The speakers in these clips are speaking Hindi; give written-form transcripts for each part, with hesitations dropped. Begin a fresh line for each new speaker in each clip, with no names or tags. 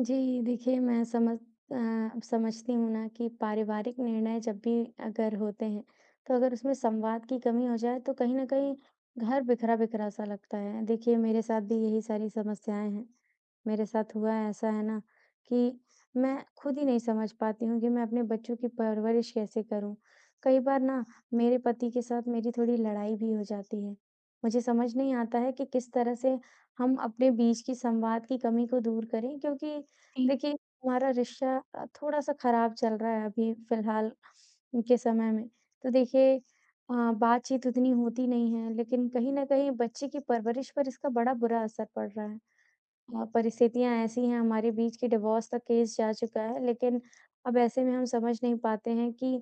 जी, देखिए मैं समझती हूँ ना कि पारिवारिक निर्णय जब भी अगर होते हैं, तो अगर उसमें संवाद की कमी हो जाए तो कहीं न कहीं घर बिखरा-बिखरा सा लगता है। देखिए मेरे साथ भी यही सारी समस्याएँ हैं। मेरे साथ हुआ है ऐसा है ना कि मैं खुद ही नहीं समझ पाती हूँ कि मैं अपने बच्चों की परवरिश कैसे करूँ। कई बार ना मेरे पति के साथ मेरी थोड़ी लड़ाई भी हो जाती है। मुझे समझ नहीं आता है कि किस तरह से हम अपने बीच की संवाद की कमी को दूर करें क्योंकि
जी,
देखिए हमारा रिश्ता थोड़ा-सा खराब चल रहा है अभी फ़िलहाल के समय में। तो देखिए बातचीत उतनी होती नहीं है लेकिन कहीं न कहीं बच्चे की परवरिश पर इसका बड़ा बुरा असर पड़ रहा है। हाँ, परिस्थितियाँ ऐसी हैं हमारे बीच कि डिवोर्स तक केस जा चुका है, लेकिन अब ऐसे में हम समझ नहीं पाते हैं कि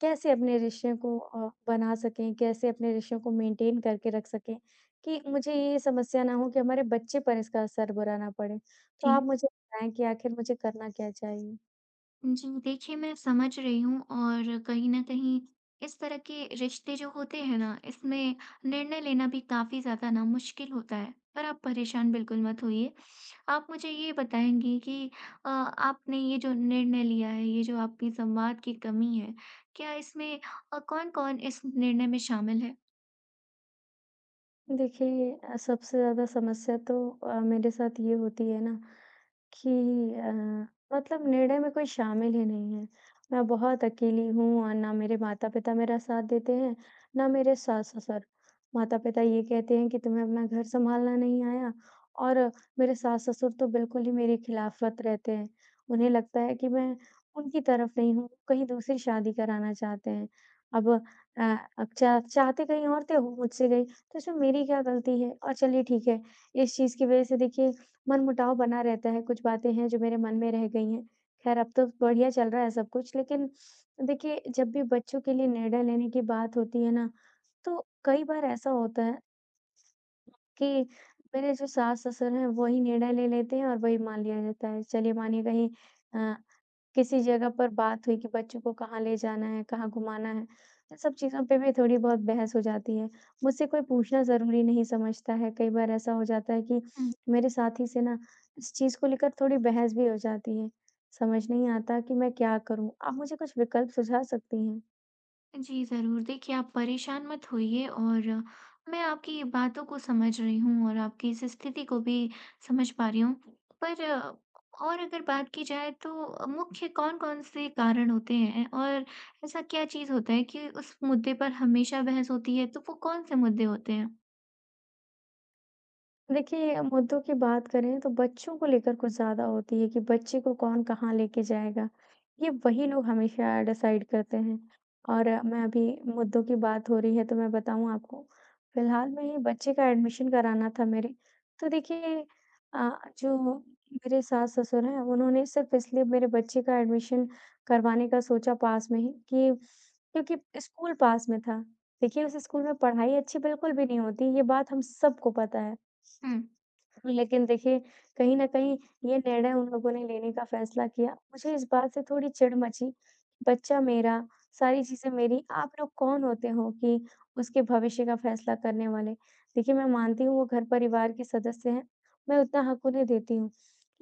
कैसे अपने रिश्ते को बना सकें, कैसे अपने रिश्तों को मेंटेन करके रख सकें, कि मुझे ये समस्या ना हो कि हमारे बच्चे पर इसका असर बुरा ना पड़े। तो
जी।
आप मुझे बताएँ कि आखिर मुझे करना क्या चाहिए?
जी, देखिए मैं समझ रही हूँ और कहीं न कहीं इस तरह के रिश्ते जो होते हैं ना, इसमें निर्णय लेना भी काफ़ी ज़्यादा ना मुश्किल होता है। पर आप परेशान बिल्कुल मत होइए। आप मुझे ये बताएँगी कि आपने ये जो निर्णय लिया है, ये जो आपकी संवाद की कमी है, क्या इसमें कौन-कौन इस निर्णय में शामिल है?
देखिए सबसे ज़्यादा समस्या तो मेरे साथ ये होती है ना कि अ, मतलब निर्णय में कोई शामिल ही नहीं है। मैं बहुत अकेली हूँ और ना मेरे माता-पिता मेरा साथ देते हैं, ना मेरे सास-ससुर। माता-पिता ये कहते हैं कि तुम्हें अपना घर सँभालना नहीं आया और मेरे सास-ससुर तो बिल्कुल ही मेरी खिलाफ़त रहते हैं। उन्हें लगता है कि मैं उनकी तरफ नहीं हूँ, कहीं दूसरी शादी कराना चाहते हैं। अब अ, अब चा चाहते कहीं और थे, हो मुझसे गई, तो इसमें मेरी क्या गलती है? और चलिए ठीक है, इस चीज़ की वज़ह से देखिए मनमुटाव बना रहता है, कुछ बातें हैं जो मेरे मन में रह गई हैं। ख़ैर अब तो बढ़िया चल रहा है सब कुछ, लेकिन देखिए जब भी बच्चों के लिए निर्णय लेने की बात होती है ना, तो कई बार ऐसा होता है कि मेरे जो सास-ससुर हैं वही निर्णय ले लेते हैं और वही मान लिया जाता है। चलिए मानिए कहीं अ किसी जगह पर बात हुई कि बच्चों को कहाँ ले जाना है, कहाँ घुमाना है, इन सब चीज़ों पे भी थोड़ी बहुत बहस हो जाती है। मुझसे कोई पूछना ज़रूरी नहीं समझता है, कई बार ऐसा हो जाता है कि
हुँ।
मेरे साथी से ना इस चीज़ को लेकर थोड़ी बहस भी हो जाती है। समझ नहीं आता कि मैं क्या करूँ? आप मुझे कुछ विकल्प सुझा सकती हैं?
जी, ज़रूर। देखिए, आप परेशान मत होइए और मैं आपकी बातों को समझ रही हूँ और आपकी इस स्थिति को भी समझ पा रही हूँ। पर और अगर बात की जाए तो मुख्य कौन-कौन से कारण होते हैं और ऐसा क्या चीज़ होता है कि उस मुद्दे पर हमेशा बहस होती है, तो वो कौन से मुद्दे होते हैं?
देखिए, मुद्दों की बात करें तो बच्चों को लेकर कुछ ज़्यादा होती है कि बच्चे को कौन कहाँ लेके जाएगा। ये वही लोग हमेशा डिसाइड करते हैं और मैं अभी मुद्दों की बात हो रही है तो मैं बताऊँ आपको, फिलहाल में ही बच्चे का एडमिशन कराना था मेरे। तो देखिए अ, जो मेरे सास-ससुर हैं उन्होंने सिर्फ़ इसलिए मेरे बच्चे का एडमिशन करवाने का सोचा पास में ही कि क्योंकि स्कूल पास में था। देखिए, उस स्कूल में पढ़ाई अच्छी बिल्कुल भी नहीं होती, ये बात हम सबको पता है।
हुँ।
लेकिन देखिए, कहीं न कहीं ये निर्णय उन लोगों ने लेने का फ़ैसला किया। मुझे इस बात से थोड़ी चिढ़ मची, बच्चा मेरा, सारी चीज़ें मेरी, आप लोग कौन होते हो कि उसके भविष्य का फ़ैसला करने वाले? देखिए, मैं मानती हूँ वो घर-परिवार के सदस्य हैं, मैं उतना हक उन्हें देती हूँ।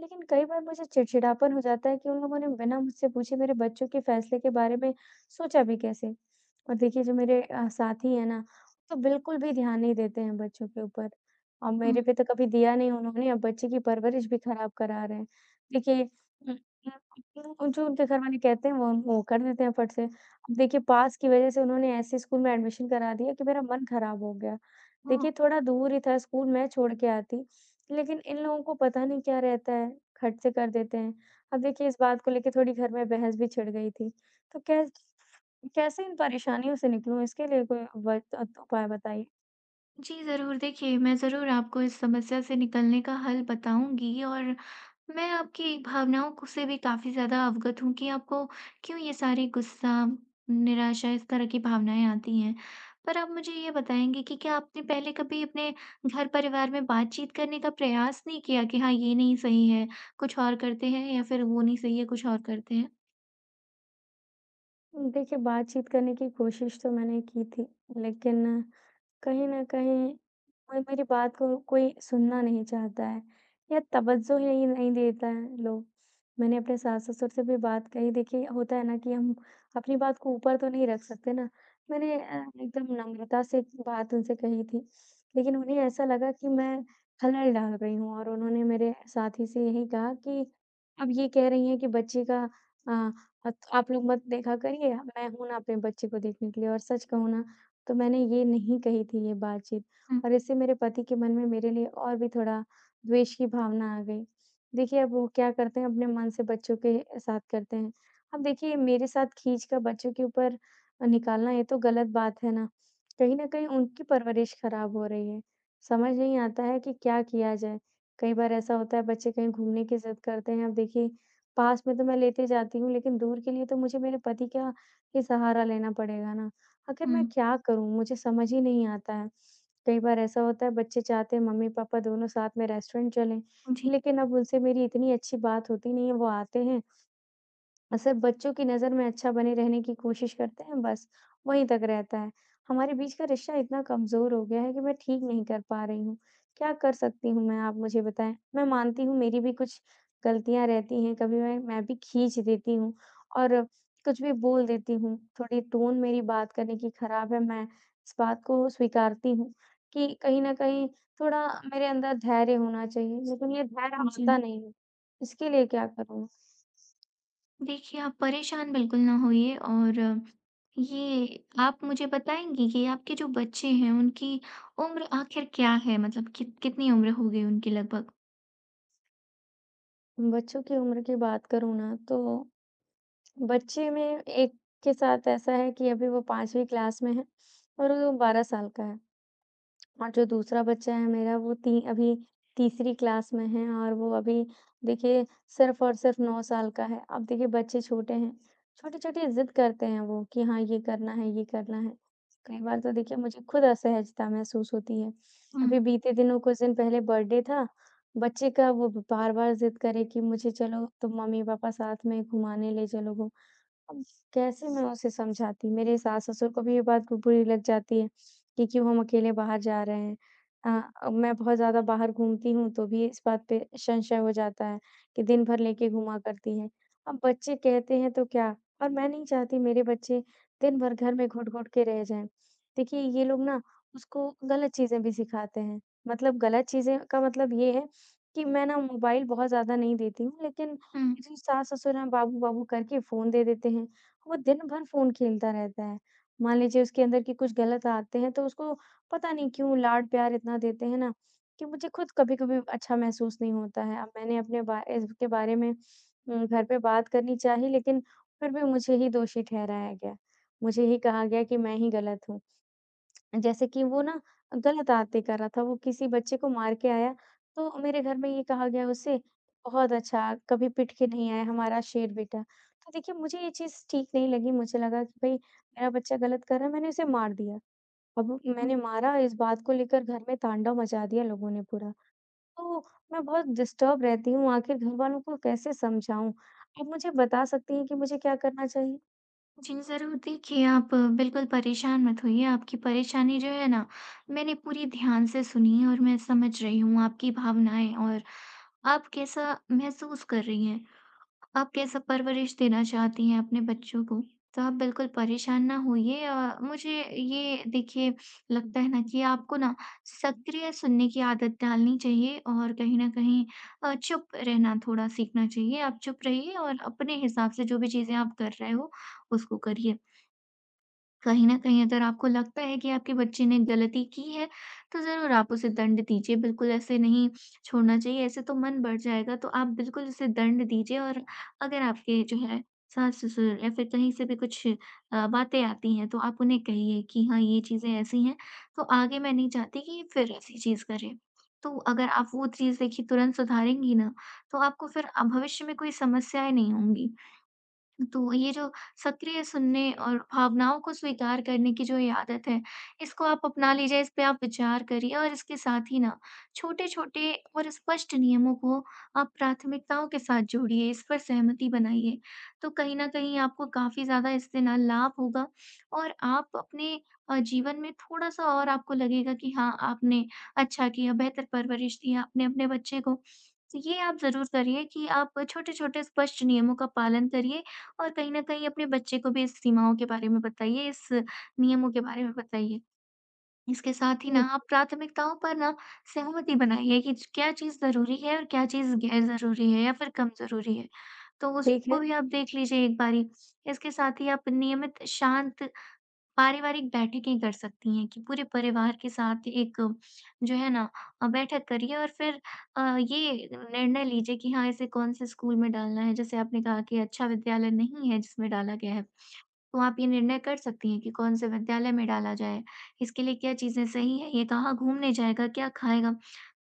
लेकिन कई बार मुझे चिड़चिड़ापन हो जाता है कि उन लोगों ने बिना मुझसे पूछे मेरे बच्चों के फ़ैसले के बारे में सोचा भी कैसे? और देखिए, जो मेरे साथी हैं ना, तो बिल्कुल भी ध्यान नहीं देते हैं बच्चों के ऊपर। और मेरे पे तो कभी दिया नहीं उन्होंने, अब बच्चे की परवरिश भी खराब करा रहे हैं। देखिए उम, जो उनके घरवाले कहते हैं वो कर देते हैं फट से। अब देखिए पास की वजह से उन्होंने ऐसे स्कूल में एडमिशन करा दिया कि मेरा मन खराब हो गया।
हुँ।
देखिए थोड़ा दूर ही था स्कूल, मैं छोड़ के आती, लेकिन इन लोगों को पता नहीं क्या रहता है, खट से कर देते हैं। अब देखिए इस बात को लेके थोड़ी घर में बहस भी छिड़ गई थी। तो कै कैसे इन परेशानियों से निकलूँ इसके लिए कोई उपाय बताइए।
जी, ज़रूर। देखिए, मैं ज़रूर आपको इस समस्या से निकलने का हल बताऊँगी और मैं आपकी भावनाओं को से भी काफ़ी ज़्यादा अवगत हूँ कि आपको क्यों ये सारी गुस्सा, निराशा इस तरह की भावनाएँ आती हैं। पर आप मुझे ये बताएँगे कि क्या आपने पहले कभी अपने घर-परिवार में बातचीत करने का प्रयास नहीं किया कि हाँ, ये नहीं सही है, कुछ और करते हैं या फिर वो नहीं सही है, कुछ और करते हैं?
देखिए, बातचीत करने की कोशिश तो मैंने की थी, लेकिन कहीं न कहीं कोई मेरी बात को कोई सुनना नहीं चाहता है या तवज्जो ही नहीं नहीं देता है लोग। मैंने अपने सास-ससुर से भी बात कही देखिए होता है ना कि हम अपनी बात को ऊपर तो नहीं रख सकते ना। मैंने एकदम नम्रता से बात उनसे कही थी, लेकिन उन्हें ऐसा लगा कि मैं खलल डाल रही हूँ और उन्होंने मेरे साथी से यही कहा कि अब ये कह रही हैं कि बच्चे का अ, अत आप लोग मत देखा करिए, मैं हूँ ना अपने बच्चे को देखने के लिए और सच कहूँ ना तो मैंने ये नहीं कही थी ये बातचीत
हुँ,
और इससे मेरे पति के मन में मेरे लिए और भी थोड़ा द्वेष की भावना आ गई। देखिए, अब वो क्या करते हैं अपने मन से बच्चों के साथ करते हैं। अब देखिए मेरे साथ खींचकर बच्चों के ऊपर निकालना ये तो गलत बात है ना। कहीं न कहीं उनकी परवरिश खराब हो रही है। समझ नहीं आता है कि क्या किया जाए? कई बार ऐसा होता है बच्चे कहीं घूमने की ज़िद करते हैं। अब देखिए पास में तो मैं लेते जाती हूँ लेकिन दूर के लिए तो मुझे मेरे पति का ही सहारा लेना पड़ेगा ना। आखिर
हुँ।
मैं क्या करूँ? मुझे समझ ही नहीं आता है। कई बार ऐसा होता है बच्चे चाहते हैं मम्मी-पापा दोनों साथ में रेस्टोरेंट चलें,
जी,
लेकिन अब उनसे मेरी इतनी अच्छी बात होती नहीं है, वो आते हैं असर बच्चों की नज़र में अच्छा बने रहने की कोशिश करते हैं बस, वहीं तक रहता है। हमारे बीच का रिश्ता इतना कमज़ोर हो गया है कि मैं ठीक नहीं कर पा रही हूँ। क्या कर सकती हूँ मैं, आप मुझे बताएँ? मैं मानती हूँ मेरी भी कुछ गलतियाँ रहती हैं, कभी मैं भी खींच देती हूँ और कुछ भी बोल देती हूँ। थोड़ी टोन मेरी बात करने की खराब है, मैं इस बात को स्वीकारती हूँ कि कहीं न कहीं थोड़ा मेरे अंदर धैर्य होना चाहिए, लेकिन ये धैर्य
जी।
आता नहीं है। इसके लिए क्या करूँ?
देखिए, आप परेशान बिल्कुल ना होइए और ये आप मुझे बताएँगी कि आपके जो बच्चे हैं, उनकी उम्र आखिर क्या है? मतलब कितनी उम्र हो गई उनकी लगभग?
बच्चों की उम्र की बात करूँ ना, तो बच्चे में एक के साथ ऐसा है कि अभी वो 5वीं क्लास में है और वो 12 साल का है। और जो दूसरा बच्चा है मेरा वो ती अभी तीसरी क्लास में है और वो अभी देखिए सिर्फ़ और सिर्फ़ 9 साल का है। अब देखिए बच्चे छोटे हैं, छोटी-छोटी ज़िद करते हैं वो कि हाँ, ये करना है, ये करना है। कई बार तो देखिए मुझे खुद असहजता महसूस होती है।
हुँ,
अभी बीते दिनों कुछ दिन पहले बर्थडे था, बच्चे का वो बार-बार ज़िद करे कि मुझे चलो तुम मम्मी-पापा साथ में घुमाने ले चलोगे। अब कैसे मैं उसे समझाती? मेरे सास-ससुर को भी ये बात बुरी लग जाती है कि क्यों हम अकेले बाहर जा रहे हैं। मैं बहुत ज़्यादा बाहर घूमती हूँ तो भी इस बात पे संशय हो जाता है कि दिन भर लेके घुमा करती है। अब बच्चे कहते हैं तो क्या? और मैं नहीं चाहती मेरे बच्चे दिन भर घर में घुट-घुट के रह जाएँ। देखिए ये लोग ना उसको गलत चीज़ें भी सिखाते हैं। मतलब गलत चीज़ें का मतलब ये है कि मैं ना मोबाइल बहुत ज़्यादा नहीं देती हूँ लेकिन
हुँ,
जी, सास-ससुर हैं बाबू-बाबू करके फ़ोन दे देते हैं। वो दिन भर फ़ोन खेलता रहता है। मान लीजिए उसके अंदर की कुछ गलत आदतें हैं तो उसको पता नहीं क्यों लाड-प्यार इतना देते हैं ना, कि मुझे खुद कभी-कभी अच्छा महसूस नहीं होता है। अब मैंने अपने बा इसके बारे में घर पे बात करनी चाहिए लेकिन फिर भी मुझे ही दोषी ठहराया गया। मुझे ही कहा गया कि मैं ही गलत हूँ। जैसे कि वो ना गलत आदतें कर रहा था, वो किसी बच्चे को मार के आया, तो मेरे घर में ये कहा गया उसे, "बहुत अच्छा, कभी पिट के नहीं आया हमारा शेर बेटा।" तो देखिए मुझे ये चीज़ ठीक नहीं लगी, मुझे लगा कि भई मेरा बच्चा गलत कर रहा है, मैंने उसे मार दिया। अब
हुँ।
मैंने मारा, इस बात को लेकर घर में तांडव मचा दिया लोगों ने पूरा। तो मैं बहुत डिस्टर्ब रहती हूँ, आखिर घर वालों को कैसे समझाऊँ? आप मुझे बता सकती हैं कि मुझे क्या करना चाहिए?
जी, ज़रूर देखिए, आप बिल्कुल परेशान मत होइए, आपकी परेशानी जो है ना, मैंने पूरी ध्यान से सुनी और मैं समझ रही हूँ आपकी भावनाएँ और आप कैसा महसूस कर रही हैं। आप कैसा परवरिश देना चाहती हैं अपने बच्चों को, तो आप बिल्कुल परेशान ना होइए मुझे ये देखिए लगता है ना कि आपको ना सक्रिय सुनने की आदत डालनी चाहिए और कहीं न कहीं चुप रहना थोड़ा सीखना चाहिए। आप चुप रहिए और अपने हिसाब से जो भी चीज़ें आप कर रहे हो, उसको करिए। कहीं न कहीं अगर आपको लगता है कि आपके बच्चे ने गलती की है, तो ज़रूर आप उसे दंड दीजिए। बिल्कुल ऐसे नहीं छोड़ना चाहिए, ऐसे तो मन बढ़ जाएगा, तो आप बिल्कुल उसे दंड दीजिए और अगर आपके जो है सास-ससुर या फिर कहीं से भी कुछ बातें आती हैं, तो आप उन्हें कहिए कि हाँ, ये चीज़ें ऐसी हैं, तो आगे मैं नहीं चाहती कि ये फिर ऐसी चीज़ करें। तो अगर आप वो चीज़ देखिए तुरंत सुधारेंगी ना, तो आपको फिर भविष्य में कोई समस्याएँ नहीं होंगी। तो ये जो सक्रिय सुनने और भावनाओं को स्वीकार करने की जो ये आदत है, इसको आप अपना लीजिए, इस पे आप विचार करिए और इसके साथ ही ना छोटे-छोटे और स्पष्ट नियमों को आप प्राथमिकताओं के साथ जोड़िए, इस पर सहमति बनाइए। तो कहीं न कहीं आपको काफ़ी ज़्यादा इससे ना लाभ होगा और आप अपने जीवन में थोड़ा-सा और आपको लगेगा कि हाँ, आपने अच्छा किया, बेहतर परवरिश दी आपने अपने बच्चे को। तो ये आप ज़रूर करिए कि आप छोटे-छोटे स्पष्ट नियमों का पालन करिए। और कहीं न कहीं अपने बच्चे को भी इस सीमाओं के बारे में बताइए, इस नियमों के बारे में बताइए। इसके साथ ही ना
हुँ,
आप प्राथमिकताओं पर ना सहमति बनाइए कि क्या चीज़ ज़रूरी है और क्या चीज़ गैर ज़रूरी है या फिर कम ज़रूरी है। तो
ठीक
उसको
है।
भी आप देख लीजिए एक बारी। इसके साथ ही आप नियमित शांत पारिवारिक बैठकें कर सकती हैं कि पूरे परिवार के साथ एक जो है ना बैठक करिए और फिर ये निर्णय लीजिए कि हाँ इसे कौन से स्कूल में डालना है। जैसे आपने कहा कि अच्छा विद्यालय नहीं है जिसमें डाला गया है। तो आप ये निर्णय कर सकती हैं कि कौन-से विद्यालय में डाला जाए, इसके लिए क्या चीज़ें सही हैं, ये कहाँ घूमने जाएगा, क्या खाएगा।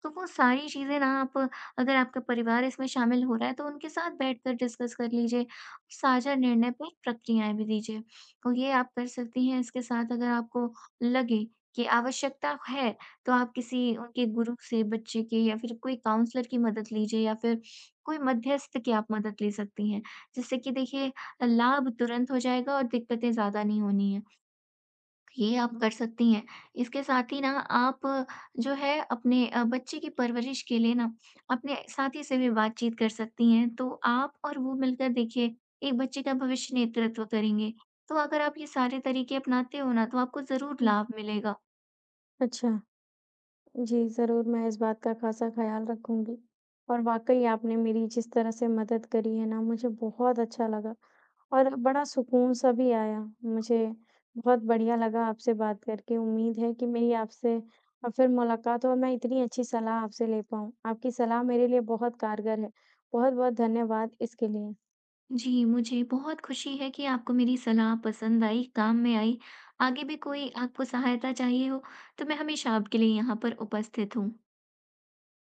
तो वो सारी चीज़ें ना आप अगर आपका परिवार इसमें शामिल हो रहा है, तो उनके साथ बैठकर डिस्कस कर लीजिए, साझा निर्णय पे प्रक्रियाएँ भी दीजिए। तो ये आप कर सकती हैं, इसके साथ अगर आपको लगे कि आवश्यकता है, तो आप किसी उनके गुरु से बच्चे के या फिर कोई काउंसलर की मदद लीजिए या फिर कोई मध्यस्थ की आप मदद ले सकती हैं। जिससे कि देखिए लाभ तुरंत हो जाएगा और दिक्कतें ज़्यादा नहीं होनी हैं। ये आप कर सकती हैं। इसके साथ ही ना आप जो है अपने बच्चे की परवरिश के लिए ना अपने साथी से भी बातचीत कर सकती हैं। तो आप और वो मिलकर देखिए एक बच्चे का भविष्य नेतृत्व करेंगे। तो अगर आप ये सारे तरीके अपनाते हो ना तो आपको ज़रूर
हुँ,
लाभ मिलेगा।
अच्छा। जी, ज़रूर, मैं इस बात का ख़ासा ख़्याल रखूँगी और वाक़ई आपने मेरी जिस तरह से मदद करी है ना, मुझे बहुत अच्छा लगा और बड़ा सुकून-सा भी आया। मुझे बहुत बढ़िया लगा आपसे बात करके। उम्मीद है कि मेरी आपसे फिर मुलाकात हो और मैं इतनी अच्छी सलाह आपसे ले पाऊँ। आपकी सलाह मेरे लिए बहुत कारगर है। बहुत-बहुत धन्यवाद इसके लिए।
जी, मुझे बहुत खुशी है कि आपको मेरी सलाह पसंद आई, काम में आई। आगे भी कोई आपको सहायता चाहिए हो तो मैं हमेशा आपके लिए यहाँ पर उपस्थित हूँ।